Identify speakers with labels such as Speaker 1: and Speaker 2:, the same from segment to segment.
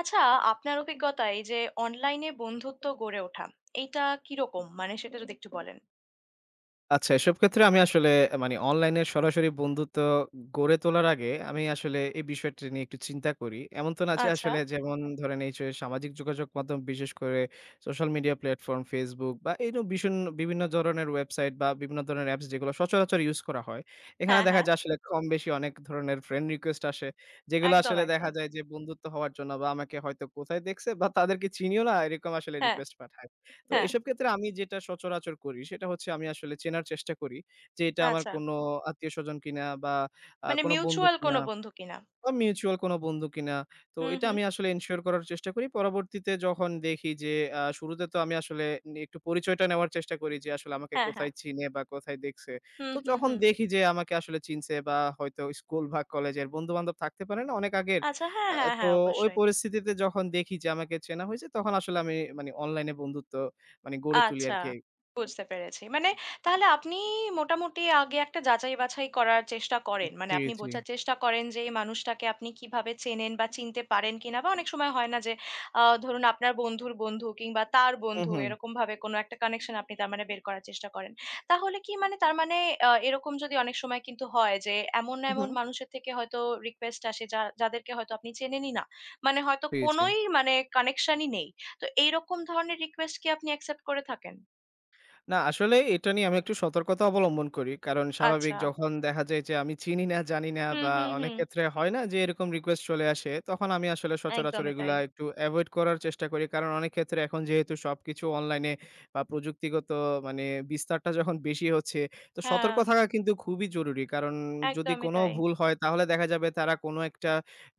Speaker 1: আচ্ছা, আপনার অভিজ্ঞতায় এই যে অনলাইনে বন্ধুত্ব গড়ে ওঠা, এইটা কিরকম? মানে সেটা যদি একটু বলেন।
Speaker 2: আচ্ছা, এসব ক্ষেত্রে আমি আসলে অনলাইনে সরাসরি বন্ধুত্ব গড়ে তোলার আগে আমি আসলে এই বিষয়টি নিয়ে একটু চিন্তা করি। এমন তো না যে
Speaker 1: আচ্ছা।
Speaker 2: আসলে যেমন ধরেন এই যে সামাজিক যোগাযোগ মাধ্যম বিশেষ করে সোশ্যাল মিডিয়া প্ল্যাটফর্ম Facebook বা এইরকম বিভিন্ন ধরনের ওয়েবসাইট বা বিভিন্ন ধরনের অ্যাপস যেগুলো সচরাচর ইউজ করা হয়। এখানে
Speaker 1: হ্যাঁ,
Speaker 2: দেখা
Speaker 1: হ্যাঁ।
Speaker 2: যায় আসলে কম বেশি অনেক ধরনের ফ্রেন্ড রিকোয়েস্ট আসে। যেগুলো
Speaker 1: একদম,
Speaker 2: আসলে দেখা
Speaker 1: একদম।
Speaker 2: যায় যে বন্ধুত্ব হওয়ার জন্য বা আমাকে হয়তো কোথায় দেখছে বা তাদেরকে চিনিও না এরকম আসলে
Speaker 1: হ্যাঁ,
Speaker 2: রিকোয়েস্ট পাঠায়। তো
Speaker 1: হ্যাঁ।
Speaker 2: এসব ক্ষেত্রে আমি যেটা সচরাচর করি সেটা হচ্ছে আমি আসলে চেনার চেষ্টা করি যে এটা আমার
Speaker 1: আচ্ছা।
Speaker 2: কোনো আত্মীয়স্বজন কিনা বা
Speaker 1: মানে
Speaker 2: কোনো বন্ধু
Speaker 1: মিউচুয়াল
Speaker 2: কিনা।
Speaker 1: কোনো বন্ধু কিনা।
Speaker 2: বা মিউচুয়াল কোনো বন্ধু কিনা। তো
Speaker 1: হুম,
Speaker 2: এটা
Speaker 1: হুম।
Speaker 2: আমি আসলে এনশিওর করার চেষ্টা করি। পরবর্তীতে যখন দেখি যে শুরুতে তো আমি আসলে একটু পরিচয়টা নেওয়ার চেষ্টা করি যে আসলে আমাকে
Speaker 1: হ্যাঁ, হ্যাঁ।
Speaker 2: কোথায় চিনে বা কোথায় দেখছে।
Speaker 1: হুম,
Speaker 2: তো
Speaker 1: হুম,
Speaker 2: যখন
Speaker 1: হুম।
Speaker 2: দেখি যে আমাকে আসলে চিনছে বা হয়তো স্কুল বা কলেজের বন্ধু-বান্ধব থাকতে পারে না অনেক আগের।
Speaker 1: আচ্ছা। হ্যাঁ, হ্যাঁ,
Speaker 2: তো
Speaker 1: হ্যাঁ।
Speaker 2: ওই
Speaker 1: অবশ্যই।
Speaker 2: পরিস্থিতিতে যখন দেখি যে আমাকে চেনা হইছে তখন আসলে আমি অনলাইনে বন্ধুত্ব গড়ে তুলি
Speaker 1: আচ্ছা,
Speaker 2: আরকি।
Speaker 1: বুঝতে পেরেছি। মানে তাহলে আপনি মোটামুটি আগে একটা যাচাই-বাছাই করার চেষ্টা করেন। মানে
Speaker 2: জি,
Speaker 1: আপনি
Speaker 2: জি।
Speaker 1: বোঝার চেষ্টা করেন যে এই মানুষটাকে আপনি কিভাবে চেনেন বা চিনতে পারেন কিনা বা অনেক সময় হয় না যে ধরুন আপনার বন্ধুর বন্ধু কিংবা তার
Speaker 2: হু,
Speaker 1: বন্ধু
Speaker 2: হু।
Speaker 1: এরকমভাবে কোনো একটা কানেকশন আপনি তার মানে বের করার চেষ্টা করেন। তাহলে কি মানে তার মানে এরকম যদি অনেক সময় কিন্তু হয় যে এমন,
Speaker 2: হু, হু।
Speaker 1: এমন মানুষের থেকে হয়তো রিকোয়েস্ট আসে যাদেরকে হয়তো আপনি চেনেনই না। মানে হয়তো
Speaker 2: জি, জি।
Speaker 1: কোনোই মানে কানেকশনই নেই। তো এইরকম ধরনের রিকোয়েস্ট কি আপনি অ্যাকসেপ্ট করে থাকেন?
Speaker 2: না আসলে এটা নিয়ে আমি একটু সতর্কতা অবলম্বন করি। কারণ স্বাভাবিক
Speaker 1: আচ্ছা।
Speaker 2: যখন দেখা যায় যে আমি চিনি না, জানি না
Speaker 1: হুম,
Speaker 2: বা
Speaker 1: হুম,
Speaker 2: অনেক
Speaker 1: হুম।
Speaker 2: ক্ষেত্রে হয় না যে এরকম রিকোয়েস্ট চলে আসে, তখন আমি আসলে সচরাচর
Speaker 1: একদমই তাই।
Speaker 2: এগুলা একটু এভয়েড করার চেষ্টা করি। কারণ অনেক ক্ষেত্রে এখন যেহেতু সবকিছু অনলাইনে বা প্রযুক্তিগত মানে বিস্তারটা যখন বেশি হচ্ছে, তো
Speaker 1: হ্যাঁ,
Speaker 2: সতর্ক থাকা কিন্তু খুবই জরুরি। কারণ যদি
Speaker 1: একদমই
Speaker 2: কোনো
Speaker 1: তাই।
Speaker 2: ভুল হয় তাহলে দেখা যাবে তারা কোনো একটা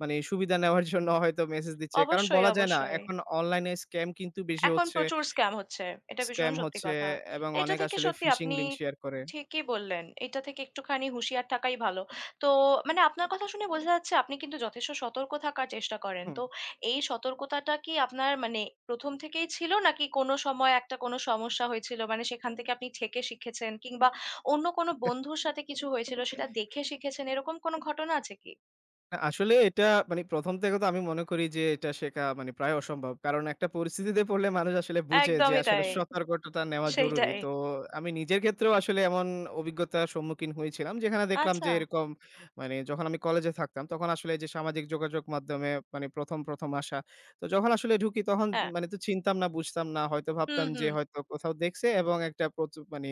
Speaker 2: সুবিধা নেওয়ার জন্য হয়তো মেসেজ দিচ্ছে। কারণ
Speaker 1: অবশ্যই,
Speaker 2: বলা যায় না
Speaker 1: অবশ্যই।
Speaker 2: এখন অনলাইনে স্ক্যাম কিন্তু বেশি
Speaker 1: এখন
Speaker 2: হচ্ছে।
Speaker 1: প্রচুর স্ক্যাম হচ্ছে। এটা ভীষণ
Speaker 2: স্ক্যাম
Speaker 1: সত্যি
Speaker 2: হচ্ছে
Speaker 1: কথা।
Speaker 2: এবং
Speaker 1: এটা
Speaker 2: অনেক
Speaker 1: থেকে
Speaker 2: আসলে
Speaker 1: সত্যি
Speaker 2: ফিশিং
Speaker 1: আপনি
Speaker 2: লিঙ্ক শেয়ার করে।
Speaker 1: ঠিকই বললেন। এটা থেকে একটুখানি হুঁশিয়ার থাকাই ভালো। তো মানে আপনার কথা শুনে বোঝা যাচ্ছে আপনি কিন্তু যথেষ্ট সতর্ক থাকার চেষ্টা করেন।
Speaker 2: হুম।
Speaker 1: তো এই সতর্কতাটা কি আপনার মানে ১ম থেকেই ছিল নাকি কোনো সময় একটা কোনো সমস্যা হয়েছিল? মানে সেখান থেকে আপনি ঠেকে শিখেছেন কিংবা অন্য কোনো বন্ধুর সাথে কিছু হয়েছিল সেটা দেখে শিখেছেন এরকম কোনো ঘটনা আছে কি?
Speaker 2: না, আসলে এটা ১ম থেকে তো আমি মনে করি যে এটা শেখা মানে প্রায় অসম্ভব। কারণ একটা পরিস্থিতিতে পড়লে মানুষ আসলে বুঝে যে
Speaker 1: একদমই
Speaker 2: আসলে
Speaker 1: তাই।
Speaker 2: সতর্কতাটা নেওয়া জরুরি।
Speaker 1: সেটাই।
Speaker 2: তো আমি নিজের ক্ষেত্রেও আসলে এমন অভিজ্ঞতার সম্মুখীন হয়েছিলাম। যেখানে দেখলাম
Speaker 1: আচ্ছা।
Speaker 2: যে এরকম যখন আমি কলেজে থাকতাম তখন আসলে যে সামাজিক যোগাযোগ মাধ্যমে মানে ১ম আসা। তো যখন আসলে ঢুকি তখন
Speaker 1: হ্যাঁ।
Speaker 2: তো চিনতাম না, বুঝতাম না। হয়তো
Speaker 1: হুম,
Speaker 2: ভাবতাম যে
Speaker 1: হুম।
Speaker 2: হয়তো কোথাও দেখছে এবং একটা প্রচুর মানে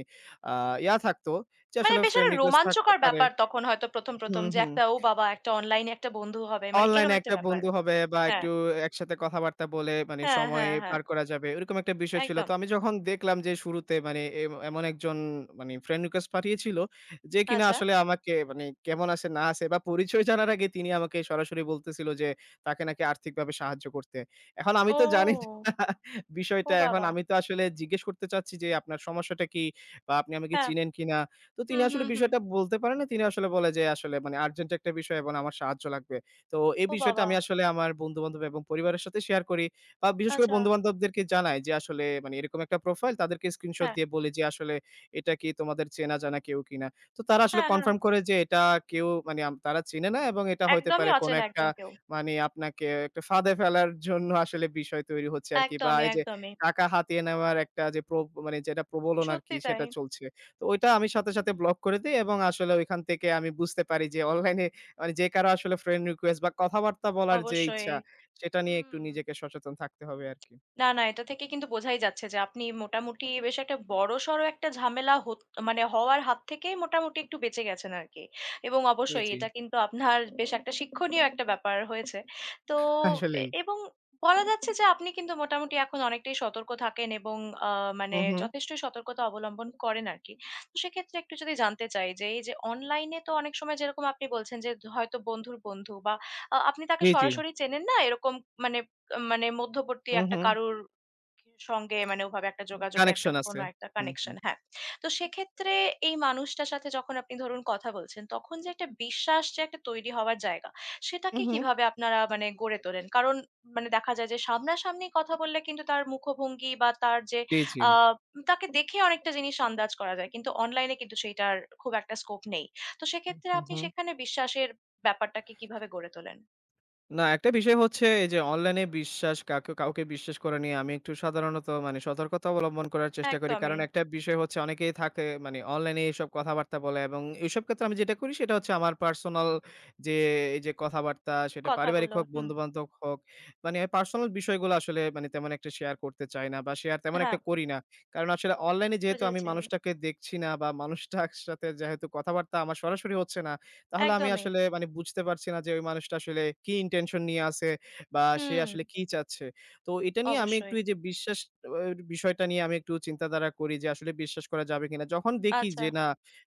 Speaker 2: আ ইয়া থাকতো যে
Speaker 1: মানে
Speaker 2: আসলে
Speaker 1: বেশ
Speaker 2: ফ্রেন্ড
Speaker 1: একটা
Speaker 2: রিকোয়েস্ট থাকতে
Speaker 1: রোমাঞ্চকর
Speaker 2: পারে।
Speaker 1: ব্যাপার তখন হয়তো ১ম, ১ম
Speaker 2: হুম,
Speaker 1: যে
Speaker 2: হুম।
Speaker 1: একটা ও বাবা! একটা অনলাইনে একটা বন্ধু হবে। মানে
Speaker 2: অনলাইনে
Speaker 1: এরকম একটা
Speaker 2: একটা
Speaker 1: ব্যাপার।
Speaker 2: বন্ধু হবে বা
Speaker 1: হ্যাঁ,
Speaker 2: একটু একসাথে কথাবার্তা বলে মানে
Speaker 1: হ্যাঁ,
Speaker 2: সময়
Speaker 1: হ্যাঁ, হ্যাঁ।
Speaker 2: পার করা যাবে। ওইরকম একটা বিষয় ছিল।
Speaker 1: একদম।
Speaker 2: তো আমি যখন দেখলাম যে শুরুতে মানে এমন একজন ফ্রেন্ড রিকোয়েস্ট পাঠিয়েছিল যে কিনা
Speaker 1: আচ্ছা।
Speaker 2: আসলে আমাকে মানে কেমন আছে না আছে বা পরিচয় জানার আগে তিনি আমাকে সরাসরি বলতেছিল যে তাকে নাকি আর্থিকভাবে সাহায্য করতে। এখন আমি তো জানি
Speaker 1: ও!
Speaker 2: না
Speaker 1: ও
Speaker 2: বিষয়টা। এখন
Speaker 1: বাবা!
Speaker 2: আমি তো আসলে জিজ্ঞেস করতে চাচ্ছি যে আপনার সমস্যাটা কি? বা আপনি আমাকে
Speaker 1: হ্যাঁ।
Speaker 2: চিনেন কিনা? তো তিনি
Speaker 1: হুম,
Speaker 2: আসলে
Speaker 1: হুম, হুম।
Speaker 2: বিষয়টা বলতে পারে না। তিনি আসলে বলে যে আসলে মানে আর্জেন্ট একটা বিষয় এবং আমার সাহায্য লাগবে। তো এই
Speaker 1: ও
Speaker 2: বিষয়টা
Speaker 1: বাবা!
Speaker 2: আমি আসলে আমার বন্ধু-বান্ধব এবং পরিবারের সাথে শেয়ার করি। বা বিশেষ করে
Speaker 1: আচ্ছা।
Speaker 2: বন্ধু-বান্ধবদেরকে জানাই যে আসলে মানে এরকম একটা প্রোফাইল তাদেরকে স্ক্রিনশট
Speaker 1: হ্যাঁ,
Speaker 2: দিয়ে বলি যে আসলে এটা কি তোমাদের চেনা জানা কেউ কিনা। তো তারা আসলে
Speaker 1: হ্যাঁ, হ্যাঁ।
Speaker 2: কনফার্ম করে যে এটা কেউ মানে তারা চিনে না এবং এটা হইতে পারে
Speaker 1: একদমই
Speaker 2: কোনো
Speaker 1: অচেনা
Speaker 2: একটা
Speaker 1: একজন কেউ।
Speaker 2: আপনাকে একটা ফাঁদে ফেলার জন্য আসলে বিষয় তৈরি হচ্ছে আরকি। বা
Speaker 1: একদমই,
Speaker 2: এই যে
Speaker 1: একদমই।
Speaker 2: টাকা হাতিয়ে নেওয়ার একটা যে মানে যেটা প্রবলন আরকি
Speaker 1: সত্যি তাই।
Speaker 2: সেটা চলছে। তো ওইটা আমি সাথে,
Speaker 1: হুম,
Speaker 2: সাথে
Speaker 1: হুম।
Speaker 2: ব্লক করে দেই এবং আসলে ওইখান থেকে আমি বুঝতে পারি যে অনলাইনে যে কারো আসলে ফ্রেন্ড রিকোয়েস্ট বা কথাবার্তা বলার যে
Speaker 1: অবশ্যই।
Speaker 2: ইচ্ছা, সেটা নিয়ে একটু
Speaker 1: হুম।
Speaker 2: নিজেকে সচেতন থাকতে হবে আরকি।
Speaker 1: না, না, এটা থেকে কিন্তু বোঝাই যাচ্ছে যে আপনি মোটামুটি বেশ একটা বড়সড় একটা ঝামেলা হত মানে হওয়ার হাত থেকেই মোটামুটি একটু বেঁচে গেছেন আরকি। এবং
Speaker 2: জি,
Speaker 1: অবশ্যই
Speaker 2: জি।
Speaker 1: এটা কিন্তু আপনার বেশ একটা শিক্ষণীয় একটা ব্যাপার হয়েছে। তো
Speaker 2: আসলেই।
Speaker 1: এবং বলা যাচ্ছে যে আপনি কিন্তু মোটামুটি এখন অনেকটাই সতর্ক থাকেন এবং আ
Speaker 2: হু,
Speaker 1: মানে
Speaker 2: হু।
Speaker 1: যথেষ্টই সতর্কতা অবলম্বন করেন আরকি। তো সেক্ষেত্রে একটু যদি জানতে চাই যে এই যে অনলাইনে তো অনেক সময় যেরকম আপনি বলছেন যে হয়তো বন্ধুর বন্ধু বা আপনি তাকে
Speaker 2: জি, জি।
Speaker 1: সরাসরি চেনেন না এরকম মানে মানে মধ্যবর্তী
Speaker 2: হু,
Speaker 1: একটা
Speaker 2: হু।
Speaker 1: কারুর সঙ্গে মানে ওভাবে একটা যোগাযোগে একটা
Speaker 2: কানেকশন আছে।
Speaker 1: কোনো একটা
Speaker 2: হু, হু।
Speaker 1: কানেকশন। হ্যাঁ। তো সেক্ষেত্রে এই মানুষটার সাথে যখন আপনি ধরুন কথা বলছেন, তখন যে একটা বিশ্বাস যে একটা তৈরি হওয়ার জায়গা,
Speaker 2: হু,
Speaker 1: সেটাকে
Speaker 2: হু।
Speaker 1: কিভাবে আপনারা মানে গড়ে তোলেন? কারণ মানে দেখা যায় যে সামনাসামনি কথা বললে কিন্তু তার মুখভঙ্গি বা তার যে
Speaker 2: জি, জি।
Speaker 1: আ তাকে দেখে অনেকটা জিনিস আন্দাজ করা যায়। কিন্তু অনলাইনে কিন্তু সেইটার খুব একটা স্কোপ নেই। তো সেক্ষেত্রে
Speaker 2: হু,
Speaker 1: আপনি
Speaker 2: হু।
Speaker 1: সেখানে বিশ্বাসের ব্যাপারটাকে কিভাবে গড়ে তোলেন?
Speaker 2: না, একটা বিষয় হচ্ছে এই যে অনলাইনে বিশ্বাস কাউকে বিশ্বাস করা নিয়ে আমি একটু সাধারণত মানে সতর্কতা অবলম্বন করার চেষ্টা করি। কারণ
Speaker 1: একদমই।
Speaker 2: একটা বিষয় হচ্ছে অনেকেই থাকে মানে অনলাইনে এসব কথাবার্তা বলে এবং এসব ক্ষেত্রে আমি যেটা করি সেটা হচ্ছে আমার পার্সোনাল যে এই যে কথাবার্তা সেটা পারিবারিক
Speaker 1: কথাগুলো।
Speaker 2: হোক,
Speaker 1: হুম।
Speaker 2: বন্ধু-বান্ধব হোক, পার্সোনাল বিষয়গুলো আসলে মানে তেমন একটা শেয়ার করতে চাই না বা শেয়ার তেমন একটা
Speaker 1: হ্যাঁ।
Speaker 2: করি না। কারণ আসলে অনলাইনে যেহেতু আমি
Speaker 1: বুঝেছি।
Speaker 2: মানুষটাকে দেখছি না বা মানুষটার সাথে যেহেতু কথাবার্তা আমার সরাসরি হচ্ছে না তাহলে আমি
Speaker 1: একদমই।
Speaker 2: আসলে বুঝতে পারছি না যে ওই মানুষটা আসলে কি ইনটেনশন নিয়ে আছে বা সে
Speaker 1: হুম,
Speaker 2: আসলে কি চাচ্ছে। তো এটা নিয়ে আমি একটু
Speaker 1: অবশ্যই।
Speaker 2: এই যে বিশ্বাস অ বিষয়টা নিয়ে আমি একটু চিন্তাধারা করি যে আসলে বিশ্বাস করা যাবে কিনা। যখন দেখি
Speaker 1: আচ্ছা,
Speaker 2: যে না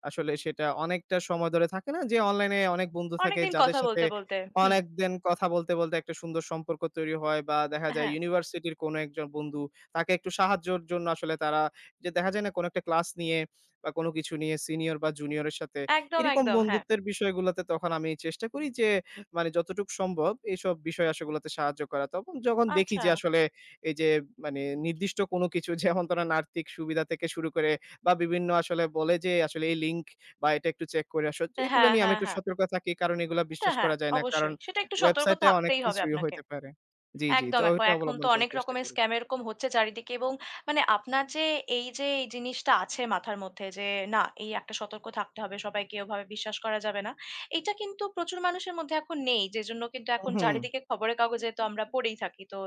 Speaker 2: আসলে সেটা অনেকটা সময় ধরে থাকে না যে অনলাইনে অনেক বন্ধু থাকে
Speaker 1: অনেকদিন
Speaker 2: যাদের
Speaker 1: কথা
Speaker 2: সাথে
Speaker 1: বলতে, বলতে হুম,
Speaker 2: অনেকদিন কথা বলতে, বলতে একটা সুন্দর সম্পর্ক তৈরি হয় বা দেখা যায়
Speaker 1: হ্যাঁ,
Speaker 2: ইউনিভার্সিটির কোনো একজন বন্ধু তাকে একটু সাহায্যর জন্য আসলে তারা যে দেখা যায় না কোনো একটা ক্লাস নিয়ে বা কোনো কিছু নিয়ে সিনিয়র বা জুনিয়রের সাথে
Speaker 1: একদম,
Speaker 2: এরকম
Speaker 1: একদম, হ্যাঁ।
Speaker 2: বন্ধুত্বের বিষয়গুলাতে তখন আমি চেষ্টা করি যে মানে যতটুকু সম্ভব এইসব বিষয় আসলেগুলাতে সাহায্য করা। তখন যখন দেখি
Speaker 1: আচ্ছা।
Speaker 2: যে আসলে এই যে মানে নির্দিষ্ট কোনো কিছু যেমন ধরেন আর্থিক সুবিধা থেকে শুরু করে বা বিভিন্ন আসলে বলে যে আসলে এই লিঙ্ক বা এটা একটু চেক করে আসো। এগুলো
Speaker 1: হ্যাঁ,
Speaker 2: নিয়ে আমি
Speaker 1: হ্যাঁ,
Speaker 2: একটু
Speaker 1: হ্যাঁ।
Speaker 2: সতর্ক থাকি কারণ এগুলা
Speaker 1: এটা
Speaker 2: বিশ্বাস
Speaker 1: হ্যাঁ,
Speaker 2: করা যায় না। কারণ
Speaker 1: অবশ্যই। সেটা একটু সতর্ক
Speaker 2: ওয়েবসাইটে অনেক
Speaker 1: থাকতেই হবে
Speaker 2: কিছুই
Speaker 1: আপনাকে।
Speaker 2: হইতে পারে। জি, জি। তো
Speaker 1: একদম
Speaker 2: ওইটা
Speaker 1: এখন
Speaker 2: অবলম্বন
Speaker 1: তো
Speaker 2: করার
Speaker 1: অনেক
Speaker 2: চেষ্টা
Speaker 1: রকমের
Speaker 2: করি।
Speaker 1: স্ক্যাম এরকম হচ্ছে চারিদিকে এবং মানে আপনার যে এই যে এই জিনিসটা আছে মাথার মধ্যে যে না এই একটা সতর্ক থাকতে হবে সবাইকে ওভাবে বিশ্বাস করা যাবে না। এইটা কিন্তু প্রচুর মানুষের মধ্যে এখন নেই। যেজন্য কিন্তু
Speaker 2: হুম,
Speaker 1: এখন
Speaker 2: হুম।
Speaker 1: চারিদিকে খবরের কাগজে তো আমরা পড়েই থাকি। তো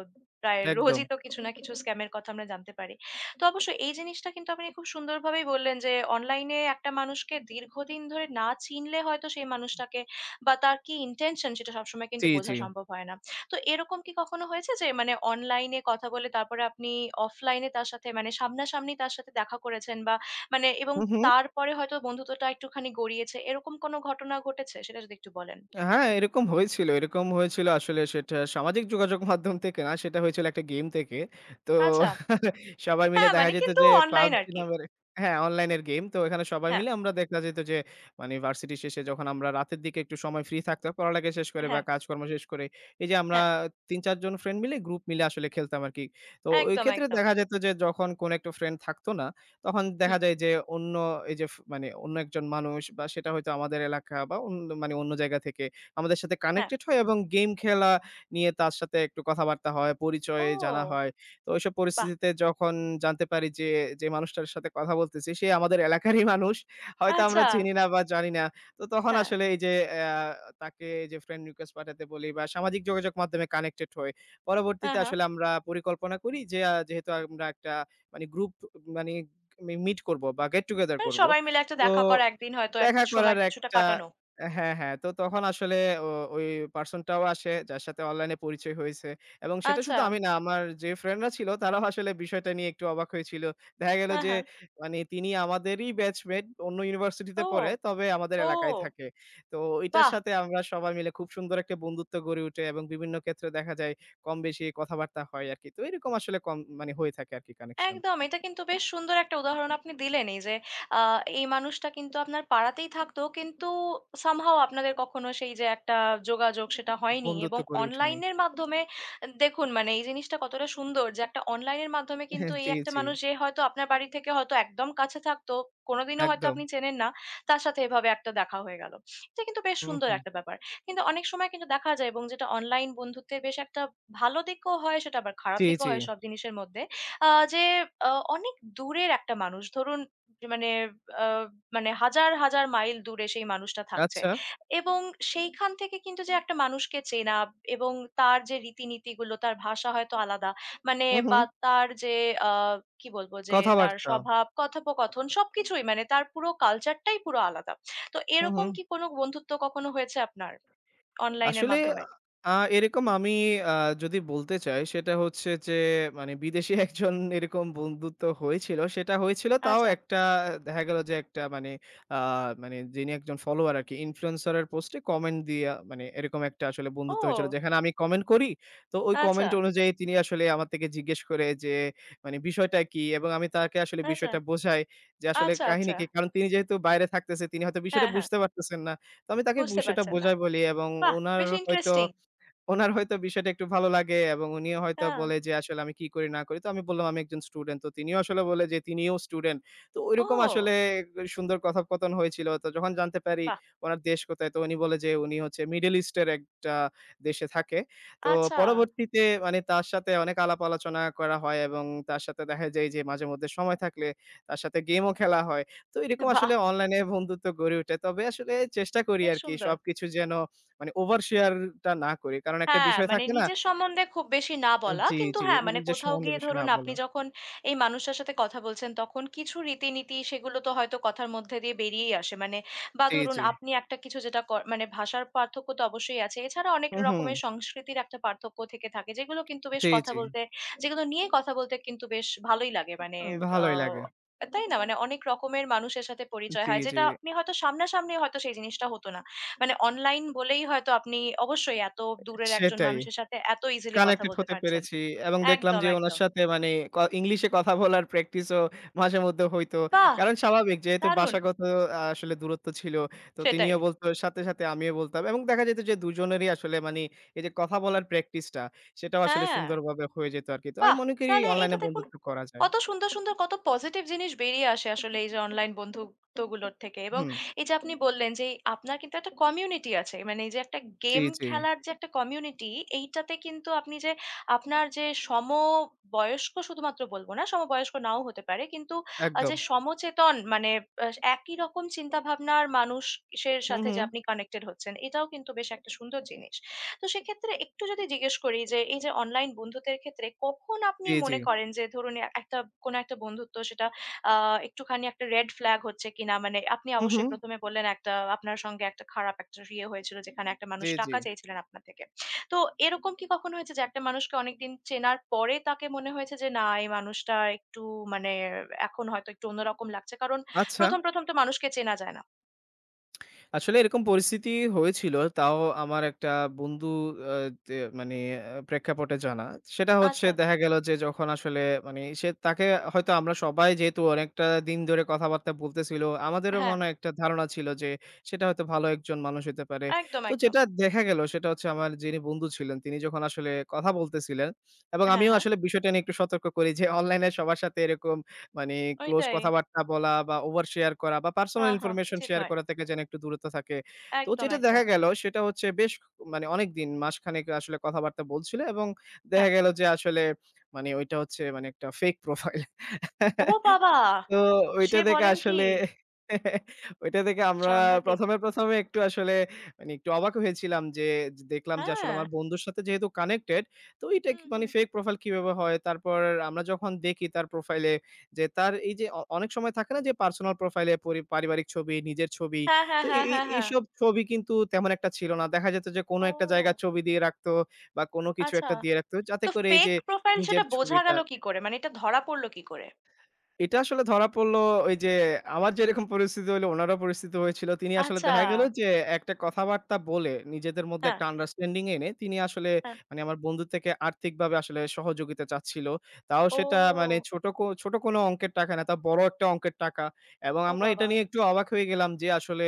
Speaker 1: প্রায়
Speaker 2: একদম।
Speaker 1: রোজই তো কিছু না কিছু স্ক্যামের কথা আমরা জানতে পারি। তো অবশ্য এই জিনিসটা কিন্তু আপনি খুব সুন্দরভাবেই বললেন যে অনলাইনে একটা মানুষকে দীর্ঘদিন ধরে না চিনলে হয়তো সেই মানুষটাকে বা তার কি ইনটেনশন সেটা সবসময়
Speaker 2: জি,
Speaker 1: কিন্তু
Speaker 2: জি।
Speaker 1: বোঝা সম্ভব হয় না। তো এরকম কি কখনো হয়েছে যে মানে অনলাইনে কথা বলে তারপরে আপনি অফলাইনে তার সাথে মানে সামনাসামনি তার সাথে দেখা করেছেন বা মানে এবং
Speaker 2: হু, হু।
Speaker 1: তারপরে হয়তো বন্ধুত্বটা একটুখানি গড়িয়েছে এরকম কোনো ঘটনা ঘটেছে সেটা যদি একটু বলেন?
Speaker 2: হ্যাঁ, এরকম হয়েছিল আসলে সেটা সামাজিক যোগাযোগ মাধ্যম থেকে না, সেটা হয়েছিল একটা গেম থেকে। তো
Speaker 1: আচ্ছা।
Speaker 2: সবাই মিলে
Speaker 1: হ্যাঁ,
Speaker 2: দেখা
Speaker 1: মানে
Speaker 2: যেত
Speaker 1: কিন্তু
Speaker 2: যে
Speaker 1: অনলাইন
Speaker 2: PUBG
Speaker 1: আরকি।
Speaker 2: নামের হ্যাঁ, অনলাইনের গেম। তো এখানে সবাই
Speaker 1: হ্যাঁ,
Speaker 2: মিলে আমরা দেখা যেত যে ভার্সিটি শেষে যখন আমরা রাতের দিকে একটু সময় ফ্রি থাকতাম, পড়ালেখা শেষ করে বা
Speaker 1: হ্যাঁ,
Speaker 2: কাজকর্ম শেষ করে, এই যে আমরা
Speaker 1: হ্যাঁ।
Speaker 2: ৩-৪ জন ফ্রেন্ড মিলে গ্রুপ মিলে আসলে খেলতাম আরকি। তো ওই
Speaker 1: একদম,
Speaker 2: ক্ষেত্রে
Speaker 1: একদম।
Speaker 2: দেখা যেত যে যখন কোনো একটা ফ্রেন্ড থাকতো না, তখন
Speaker 1: হুম,
Speaker 2: দেখা যায় যে অন্য এই যে মানে অন্য একজন মানুষ বা সেটা হয়তো আমাদের এলাকা বা অন্য মানে অন্য জায়গা থেকে আমাদের সাথে
Speaker 1: হ্যাঁ।
Speaker 2: কানেক্টেড হয় এবং গেম খেলা নিয়ে তার সাথে একটু কথাবার্তা হয়, পরিচয়
Speaker 1: ও!
Speaker 2: জানা হয়। তো ওইসব
Speaker 1: বাহ!
Speaker 2: পরিস্থিতিতে যখন জানতে পারি যে, যে মানুষটার সাথে কথা বলতেছি সে আমাদের এলাকারই মানুষ। হয়তো আমরা
Speaker 1: আচ্ছা।
Speaker 2: চিনি না বা জানি না। তো তখন
Speaker 1: হ্যাঁ।
Speaker 2: আসলে এই যে তাকে যে ফ্রেন্ড রিকোয়েস্ট পাঠাতে বলি বা সামাজিক যোগাযোগ মাধ্যমে কানেক্টেড হই। পরবর্তীতে
Speaker 1: হ্যাঁ।
Speaker 2: আসলে আমরা পরিকল্পনা করি যে যেহেতু আমরা একটা গ্রুপ মানে মিট করব বা গেট টুগেদার
Speaker 1: মানে
Speaker 2: করব।
Speaker 1: সবাই মিলে একটা
Speaker 2: তো
Speaker 1: দেখা করা একদিন হয়তো এক
Speaker 2: দেখা করার
Speaker 1: সময় কিছুটা
Speaker 2: একটা
Speaker 1: কাটানো।
Speaker 2: হ্যাঁ, হ্যাঁ। তো তখন আসলে ও ওই পারসন টাও আসে যার সাথে অনলাইনে পরিচয় হয়েছে এবং সেটা
Speaker 1: আচ্ছা।
Speaker 2: শুধু আমি না আমার যে ফ্রেন্ডরা ছিল তারাও আসলে বিষয়টা নিয়ে একটু অবাক হয়েছিল। দেখা গেল যে
Speaker 1: হ্যাঁ।
Speaker 2: তিনি আমাদেরই ব্যাচমেট অন্য ইউনিভার্সিটিতে পড়ে
Speaker 1: ও!
Speaker 2: তবে আমাদের এলাকায়
Speaker 1: ও!
Speaker 2: থাকে। তো এটার
Speaker 1: বাহ!
Speaker 2: সাথে আমরা সবাই মিলে খুব সুন্দর একটা বন্ধুত্ব গড়ে উঠে এবং বিভিন্ন ক্ষেত্রে দেখা যায় কম বেশি কথাবার্তা হয় আরকি। তো এরকম আসলে কম মানে হয়ে থাকে আরকি কানেকশন।
Speaker 1: একদম। এটা কিন্তু বেশ সুন্দর একটা উদাহরণ আপনি দিলেনই যে, আ এই মানুষটা কিন্তু আপনার পাড়াতেই থাকতো। কিন্তু somehow আপনাদের কখনো সেই যে একটা যোগাযোগ সেটা হয়নি।
Speaker 2: বন্ধুত্ব
Speaker 1: এবং
Speaker 2: গড়ে ওঠেনি।
Speaker 1: অনলাইনের মাধ্যমে দেখুন মানে এই জিনিসটা কতটা সুন্দর যে একটা অনলাইনের মাধ্যমে কিন্তু এই
Speaker 2: জি,
Speaker 1: একটা
Speaker 2: জি।
Speaker 1: মানুষ যে হয়তো আপনার বাড়ি থেকে হয়তো একদম কাছে থাকতো, কোনোদিনও হয়তো
Speaker 2: একদম।
Speaker 1: আপনি চেনেন না, তার সাথে এভাবে একটা দেখা হয়ে গেল। এটা কিন্তু বেশ
Speaker 2: হুম,
Speaker 1: সুন্দর
Speaker 2: হুম।
Speaker 1: একটা ব্যাপার। কিন্তু অনেক সময় কিন্তু দেখা যায় এবং যেটা অনলাইন বন্ধুত্বের বেশ একটা ভালো দিকও হয়, সেটা আবার খারাপ
Speaker 2: জি,
Speaker 1: দিকও
Speaker 2: জি।
Speaker 1: হয় সব জিনিসের মধ্যে। আ যে আ অনেক দূরের একটা মানুষ। ধরুন যে মানে আ মানে হাজার, হাজার মাইল দূরে সেই মানুষটা থাকছে।
Speaker 2: আচ্ছা।
Speaker 1: এবং সেইখান থেকে কিন্তু যে একটা মানুষকে চেনা এবং তার যে রীতিনীতিগুলো, তার ভাষা হয়তো আলাদা। মানে
Speaker 2: হু, হু।
Speaker 1: বা তার যে আ কি বলবো যে তার
Speaker 2: কথাবার্তা।
Speaker 1: স্বভাব, কথোপকথন সবকিছুই মানে তার পুরো কালচারটাই পুরো আলাদা। তো
Speaker 2: হু, হু।
Speaker 1: এরকম কি কোনো বন্ধুত্ব কখনো হয়েছে আপনার? অনলাইনের
Speaker 2: আসলে
Speaker 1: মাধ্যমে?
Speaker 2: আ এরকম আমি আ যদি বলতে চাই সেটা হচ্ছে যে বিদেশী একজন এরকম বন্ধুত্ব হয়েছিল। সেটা হয়েছিল তাও
Speaker 1: আচ্ছা।
Speaker 2: একটা দেখা গেল যে একটা মানে আ মানে যিনি একজন ফলোয়ার আরকি ইনফ্লুয়েন্সার এর পোস্টে কমেন্ট দিয়া মানে এরকম একটা আসলে বন্ধুত্ব হয়েছিল।
Speaker 1: ও!
Speaker 2: যেখানে আমি কমেন্ট করি। তো ওই
Speaker 1: আচ্ছা,
Speaker 2: কমেন্ট অনুযায়ী তিনি আসলে আমার থেকে জিজ্ঞেস করে যে বিষয়টা কি? এবং আমি তাকে আসলে
Speaker 1: আচ্ছা,
Speaker 2: বিষয়টা বোঝাই যে আসলে
Speaker 1: আচ্ছা,
Speaker 2: কাহিনী
Speaker 1: আচ্ছা।
Speaker 2: কি? কারণ তিনি যেহেতু বাইরে থাকতেছে তিনি হয়তো বিষয়টা
Speaker 1: হ্যাঁ, হ্যাঁ।
Speaker 2: বুঝতে পারতেছেন না। তো আমি তাকে
Speaker 1: বুঝতে
Speaker 2: বিষয়টা
Speaker 1: পারছেন না।
Speaker 2: বোঝাই বলি এবং
Speaker 1: বাহ!
Speaker 2: উনার
Speaker 1: বেশ
Speaker 2: হয়তো
Speaker 1: ইন্টারেস্টিং।
Speaker 2: উনার হয়তো বিষয়টা একটু ভালো লাগে এবং উনিও হয়তো
Speaker 1: হ্যাঁ।
Speaker 2: বলে যে আসলে আমি কি করি না করি। তো আমি বললাম আমি একজন স্টুডেন্ট। তো তিনিও আসলে বলে যে তিনিও স্টুডেন্ট। তো ঐরকম
Speaker 1: ও
Speaker 2: আসলে সুন্দর কথোপকথন হয়েছিল। তো যখন জানতে পারি
Speaker 1: বাহ!
Speaker 2: উনার দেশ কোথায় তো উনি বলে যে উনি হচ্ছে মিডল ইস্টের একটা দেশে থাকে। তো
Speaker 1: আচ্ছা।
Speaker 2: পরবর্তীতে মানে তার সাথে অনেক আলাপ আলোচনা করা হয় এবং তার সাথে দেখা যায় যে মাঝেমধ্যে সময় থাকলে তার সাথে গেমও খেলা হয়। তো এরকম
Speaker 1: বাহ!
Speaker 2: আসলে অনলাইনে বন্ধুত্ব গড়ে ওঠে। তবে আসলে চেষ্টা করি
Speaker 1: বেশ
Speaker 2: আরকি
Speaker 1: সুন্দর।
Speaker 2: সবকিছু যেন মানে ওভার শেয়ার টা না করি। কারণ একটা
Speaker 1: হ্যাঁ,
Speaker 2: বিষয়
Speaker 1: মানে
Speaker 2: থাকে না?
Speaker 1: নিজের সম্বন্ধে খুব বেশি না বলা।
Speaker 2: জি,
Speaker 1: কিন্তু
Speaker 2: জি।
Speaker 1: হ্যাঁ, মানে
Speaker 2: নিজের
Speaker 1: কোথাও
Speaker 2: সম্বন্ধে
Speaker 1: গিয়ে
Speaker 2: বেশি না
Speaker 1: ধরুন আপনি
Speaker 2: বলা।
Speaker 1: যখন এই মানুষটার সাথে কথা বলছেন, তখন কিছু রীতিনীতি সেগুলো তো হয়তো কথার মধ্যে দিয়ে বেরিয়েই আসে। মানে বা
Speaker 2: জি,
Speaker 1: ধরুন
Speaker 2: জি।
Speaker 1: আপনি একটা কিছু যেটা মানে ভাষার পার্থক্য তো অবশ্যই আছে। এছাড়া অনেক
Speaker 2: হু, হু।
Speaker 1: রকমের সংস্কৃতির একটা পার্থক্য থেকে থাকে। যেগুলো কিন্তু বেশ
Speaker 2: জি,
Speaker 1: কথা
Speaker 2: জি।
Speaker 1: বলতে যেগুলো নিয়ে কথা বলতে কিন্তু বেশ ভালোই লাগে। মানে আ
Speaker 2: ভালোই লাগে।
Speaker 1: তাই না? মানে অনেক রকমের মানুষের সাথে পরিচয়
Speaker 2: জি,
Speaker 1: হয়।
Speaker 2: জি।
Speaker 1: যেটা আপনি হয়তো সামনাসামনি হয়তো সেই জিনিসটা হতো না। মানে অনলাইন বলেই হয়তো আপনি অবশ্যই এত দূরের একজন
Speaker 2: সেটাই।
Speaker 1: মানুষের সাথে এত ইজিলি কথা
Speaker 2: কানেক্টেড
Speaker 1: বলতে
Speaker 2: হতে
Speaker 1: পারছেন।
Speaker 2: পেরেছি এবং দেখলাম
Speaker 1: একদম,
Speaker 2: যে উনার
Speaker 1: একদম।
Speaker 2: সাথে মানে ইংলিশে কথা বলার প্র্যাকটিস ও মাঝেমধ্যে হইতো।
Speaker 1: বাহ!
Speaker 2: কারণ স্বাভাবিক যেহেতু
Speaker 1: দারুণ।
Speaker 2: ভাষাগত আসলে দূরত্ব ছিল। তো
Speaker 1: সেটাই।
Speaker 2: তিনিও বলতো সাথে, সাথে আমিও বলতাম এবং দেখা যেত যে দুজনেরই আসলে মানে এই যে কথা বলার প্র্যাকটিসটা সেটাও আসলে
Speaker 1: হ্যাঁ।
Speaker 2: সুন্দরভাবে হয়ে যেত আরকি। তো আমি
Speaker 1: বাহ!
Speaker 2: মনে করি
Speaker 1: তাহলে
Speaker 2: অনলাইন
Speaker 1: এটা
Speaker 2: এ
Speaker 1: দেখুন
Speaker 2: বন্ধুত্ব করা যায়।
Speaker 1: কত সুন্দর, সুন্দর কত পজিটিভ জিনিস বেরিয়ে আসে আসলে এই যে অনলাইন বন্ধুত্বগুলোর থেকে এবং
Speaker 2: হুম।
Speaker 1: এই যে আপনি বললেন যে এই আপনার কিন্তু একটা কমিউনিটি আছে। মানে এই যে একটা
Speaker 2: জি,
Speaker 1: গেম
Speaker 2: জি।
Speaker 1: খেলার যে একটা কমিউনিটি এইটাতে কিন্তু আপনি যে আপনার যে সমবয়স্ক শুধুমাত্র বলব না, সমবয়স্ক নাও হতে পারে। কিন্তু
Speaker 2: একদম।
Speaker 1: যে সমচেতন মানে আ একই রকম চিন্তাভাবনার মানুষের
Speaker 2: হুম,
Speaker 1: সাথে যে
Speaker 2: হুম।
Speaker 1: আপনি কানেক্টেড হচ্ছেন এটাও কিন্তু বেশ একটা সুন্দর জিনিস। তো সেক্ষেত্রে একটু যদি জিজ্ঞেস করি যে এই যে অনলাইন বন্ধুত্বের ক্ষেত্রে কখন আপনি
Speaker 2: জি, জি।
Speaker 1: মনে করেন যে ধরুন একটা কোনো একটা বন্ধুত্ব সেটা একটুখানি একটা রেড ফ্ল্যাগ হচ্ছে কিনা মানে আপনি
Speaker 2: হুম, হুম।
Speaker 1: অবশ্যই প্রথমে বললেন একটা আপনার সঙ্গে একটা খারাপ একটা হয়েছিল যেখানে একটা
Speaker 2: জি,
Speaker 1: মানুষ
Speaker 2: জি।
Speaker 1: টাকা চেয়েছিলেন আপনার থেকে তো এরকম কি কখনো হয়েছে যে একটা মানুষকে অনেকদিন চেনার পরে তাকে মনে হয়েছে যে না এই মানুষটা একটু মানে এখন হয়তো একটু অন্যরকম লাগছে কারণ
Speaker 2: আচ্ছা,
Speaker 1: প্রথম প্রথম তো মানুষকে চেনা যায় না
Speaker 2: আসলে এরকম পরিস্থিতি হয়েছিল। তাও আমার একটা বন্ধু আ তে মানে প্রেক্ষাপটে জানা। সেটা হচ্ছে
Speaker 1: আচ্ছা
Speaker 2: দেখা গেল যে যখন আসলে সে তাকে হয়তো আমরা সবাই যেহেতু অনেকটা দিন ধরে কথাবার্তা বলতেছিল, আমাদেরও
Speaker 1: হ্যাঁ
Speaker 2: মনে হয় একটা ধারণা ছিল যে সেটা হয়তো ভালো একজন মানুষ হতে পারে।
Speaker 1: একদম
Speaker 2: তো
Speaker 1: একদম
Speaker 2: যেটা দেখা গেল সেটা হচ্ছে আমার যিনি বন্ধু ছিলেন তিনি যখন আসলে কথা বলতেছিলেন এবং
Speaker 1: হ্যাঁ
Speaker 2: আমিও
Speaker 1: হ্যাঁ
Speaker 2: আসলে বিষয়টা নিয়ে একটু সতর্ক করি যে অনলাইনে সবার সাথে এরকম মানে ক্লোজ
Speaker 1: ওইটাই
Speaker 2: কথাবার্তা বলা বা ওভার শেয়ার করা বা
Speaker 1: হা,
Speaker 2: পার্সোনাল
Speaker 1: হা,
Speaker 2: ইনফরমেশন
Speaker 1: উচিত
Speaker 2: শেয়ার
Speaker 1: নয়।
Speaker 2: করা থেকে যেন একটু দূরত্ব থাকে। তো
Speaker 1: একদম,
Speaker 2: যেটা
Speaker 1: একদম।
Speaker 2: দেখা গেল সেটা হচ্ছে বেশ অনেকদিন মাসখানেক আসলে কথাবার্তা বলছিল এবং দেখা
Speaker 1: হ্যাঁ।
Speaker 2: গেল যে আসলে ওইটা হচ্ছে মানে একটা ফেক প্রোফাইল।
Speaker 1: ওহো বাবা!
Speaker 2: তো ওইটা
Speaker 1: সে
Speaker 2: দেখে
Speaker 1: বলেন কি?
Speaker 2: আসলে ওইটা দেখে
Speaker 1: কি
Speaker 2: আমরা
Speaker 1: সাংঘাতিক!
Speaker 2: ১ম এ একটু আসলে একটু অবাক হয়েছিলাম যে, যে দেখলাম যে আসলে
Speaker 1: হ্যাঁ,
Speaker 2: আমার বন্ধুর সাথে যেহেতু কানেক্টেড তো এটা
Speaker 1: হুম,
Speaker 2: কি মানে
Speaker 1: হুম।
Speaker 2: ফেক প্রোফাইল কিভাবে হয়? তারপর আমরা যখন দেখি তার প্রোফাইলে যে তার এই যে অনেক সময় থাকে না যে পার্সোনাল প্রোফাইলে পারিবারিক ছবি, নিজের ছবি।
Speaker 1: হ্যাঁ, হ্যাঁ,
Speaker 2: তো এই
Speaker 1: হ্যাঁ,
Speaker 2: এই
Speaker 1: হ্যাঁ, হ্যাঁ।
Speaker 2: এইসব ছবি কিন্তু তেমন একটা ছিল না। দেখা যেত যে কোনো একটা জায়গার
Speaker 1: ও
Speaker 2: ছবি দিয়ে রাখতো বা কোনো কিছু
Speaker 1: আচ্ছা।
Speaker 2: একটা দিয়ে রাখতো যাতে
Speaker 1: তো
Speaker 2: করে এই
Speaker 1: ফেক
Speaker 2: যে
Speaker 1: প্রোফাইল
Speaker 2: নিজের
Speaker 1: সেটা বোঝা
Speaker 2: ছবিটা
Speaker 1: গেল কি করে? মানে এটা ধরা পড়ল কি করে?
Speaker 2: এটা আসলে ধরা পড়লো ওই যে আমার যেরকম পরিস্থিতি হইলো উনারও পরিস্থিতি হয়েছিল। তিনি আসলে
Speaker 1: আচ্ছা।
Speaker 2: দেখা গেল যে একটা কথাবার্তা বলে নিজেদের মধ্যে
Speaker 1: হ্যাঁ,
Speaker 2: একটা আন্ডারস্ট্যান্ডিং এনে তিনি আসলে
Speaker 1: হ্যাঁ।
Speaker 2: আমার বন্ধু থেকে আর্থিকভাবে আসলে সহযোগিতা চাচ্ছিল। তাও সেটা মানে
Speaker 1: ও!
Speaker 2: ছোট কোনো অঙ্কের টাকা না, তাও বড় একটা অঙ্কের টাকা। এবং
Speaker 1: ও
Speaker 2: আমরা এটা
Speaker 1: বাবা!
Speaker 2: নিয়ে একটু অবাক হয়ে গেলাম যে আসলে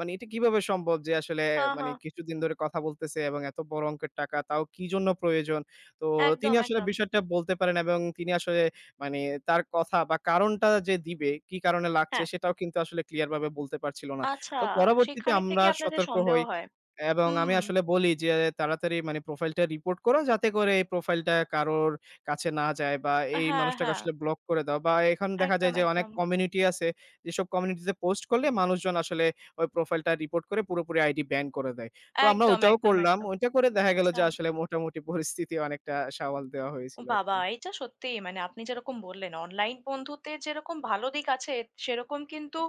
Speaker 2: এটা কিভাবে সম্ভব যে আসলে
Speaker 1: হ্যাঁ, হ্যাঁ।
Speaker 2: কিছুদিন ধরে কথা বলতেছে এবং এত বড় অঙ্কের টাকা তাও কি জন্য প্রয়োজন? তো তিনি
Speaker 1: একদম,
Speaker 2: আসলে
Speaker 1: একদম।
Speaker 2: বিষয়টা বলতে পারেন এবং তিনি আসলে মানে তার কথা বা কারণটা যে দিবে, কি কারণে লাগছে
Speaker 1: হ্যাঁ।
Speaker 2: সেটাও কিন্তু আসলে ক্লিয়ার ভাবে বলতে পারছিল না।
Speaker 1: আচ্ছা,
Speaker 2: তো পরবর্তীতে
Speaker 1: সেখানে
Speaker 2: আমরা
Speaker 1: থেকে আপনাদের
Speaker 2: সতর্ক
Speaker 1: সন্দেহ
Speaker 2: হই
Speaker 1: হয়।
Speaker 2: এবং
Speaker 1: হুম।
Speaker 2: আমি আসলে বলি যে, "তাড়াতাড়ি মানে প্রোফাইলটা রিপোর্ট করো যাতে করে এই প্রোফাইলটা কারোর কাছে না যায় বা এই
Speaker 1: হ্যাঁ,
Speaker 2: মানুষটাকে
Speaker 1: হ্যাঁ।
Speaker 2: আসলে ব্লক করে দাও।" বা এখন দেখা যায়
Speaker 1: একদম,
Speaker 2: যে অনেক
Speaker 1: একদম।
Speaker 2: কমিউনিটি আছে, যেসব কমিউনিটিতে পোস্ট করলে মানুষজন আসলে ওই প্রোফাইলটা রিপোর্ট করে পুরোপুরি আইডি ব্যান করে দেয়। তো আমরা
Speaker 1: একদম,
Speaker 2: ওইটাও
Speaker 1: একদম,
Speaker 2: করলাম।
Speaker 1: একদম।
Speaker 2: ওইটা করে দেখা গেল
Speaker 1: আচ্ছা।
Speaker 2: যে আসলে মোটামুটি পরিস্থিতি অনেকটা সামাল দেওয়া
Speaker 1: ও
Speaker 2: হয়েছিল
Speaker 1: বাবা!
Speaker 2: আরকি।
Speaker 1: এটা সত্যিই মানে আপনি যেরকম বললেন অনলাইন বন্ধুত্বের যেরকম ভালো দিক আছে, সেরকম কিন্তু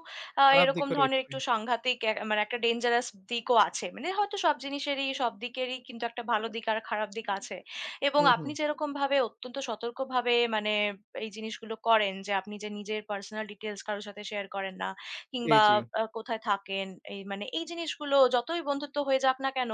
Speaker 2: খারাপ
Speaker 1: এরকম
Speaker 2: দিকও
Speaker 1: ধরনের
Speaker 2: রয়েছে।
Speaker 1: একটু সাংঘাতিক মানে একটা ডেঞ্জারাস দিকও আছে। মানে হয়তো সব জিনিসেরই সব দিকেরই কিন্তু একটা ভালো দিক আর খারাপ দিক আছে। এবং
Speaker 2: হুম, হুম।
Speaker 1: আপনি যেরকমভাবে অত্যন্ত সতর্কভাবে মানে এই জিনিসগুলো করেন যে, আপনি যে নিজের পার্সোনাল ডিটেইলস কারো সাথে শেয়ার করেন না
Speaker 2: জি,
Speaker 1: কিংবা
Speaker 2: জি।
Speaker 1: কোথায় থাকেন এই মানে এই জিনিসগুলো যতই বন্ধুত্ব হয়ে যাক না কেন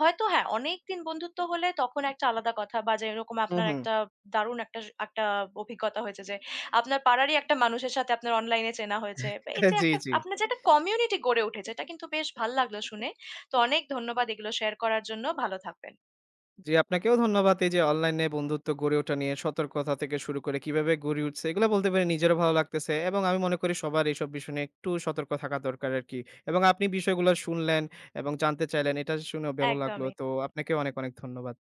Speaker 1: হয়তো হ্যাঁ, অনেকদিন বন্ধুত্ব হলে তখন একটা আলাদা কথা বা যেরকম
Speaker 2: হুম,
Speaker 1: আপনার
Speaker 2: হুম।
Speaker 1: একটা দারুণ একটা একটা অভিজ্ঞতা হয়েছে যে, আপনার পাড়ারই একটা মানুষের সাথে আপনার অনলাইনে চেনা হয়েছে। এই যে
Speaker 2: জি,
Speaker 1: একটা
Speaker 2: জি।
Speaker 1: আপনার যে একটা কমিউনিটি গড়ে উঠেছে, এটা কিন্তু বেশ ভাল লাগলো শুনে। তো অনেক ধন্যবাদ এগুলো শেয়ার করার জন্য। ভালো থাকবেন।
Speaker 2: জি, আপনাকেও ধন্যবাদ। এই যে অনলাইনে বন্ধুত্ব গড়ে ওঠা নিয়ে সতর্কতা থেকে শুরু করে কিভাবে গড়ে উঠছে এগুলো বলতে পেরে নিজেরও ভালো লাগতেছে এবং আমি মনে করি সবার এইসব বিষয় নিয়ে একটু সতর্ক থাকা দরকার আরকি। এবং আপনি বিষয়গুলো শুনলেন এবং জানতে চাইলেন এটা শুনেও ভালো লাগলো।
Speaker 1: একদমই।
Speaker 2: তো আপনাকেও অনেক, অনেক ধন্যবাদ।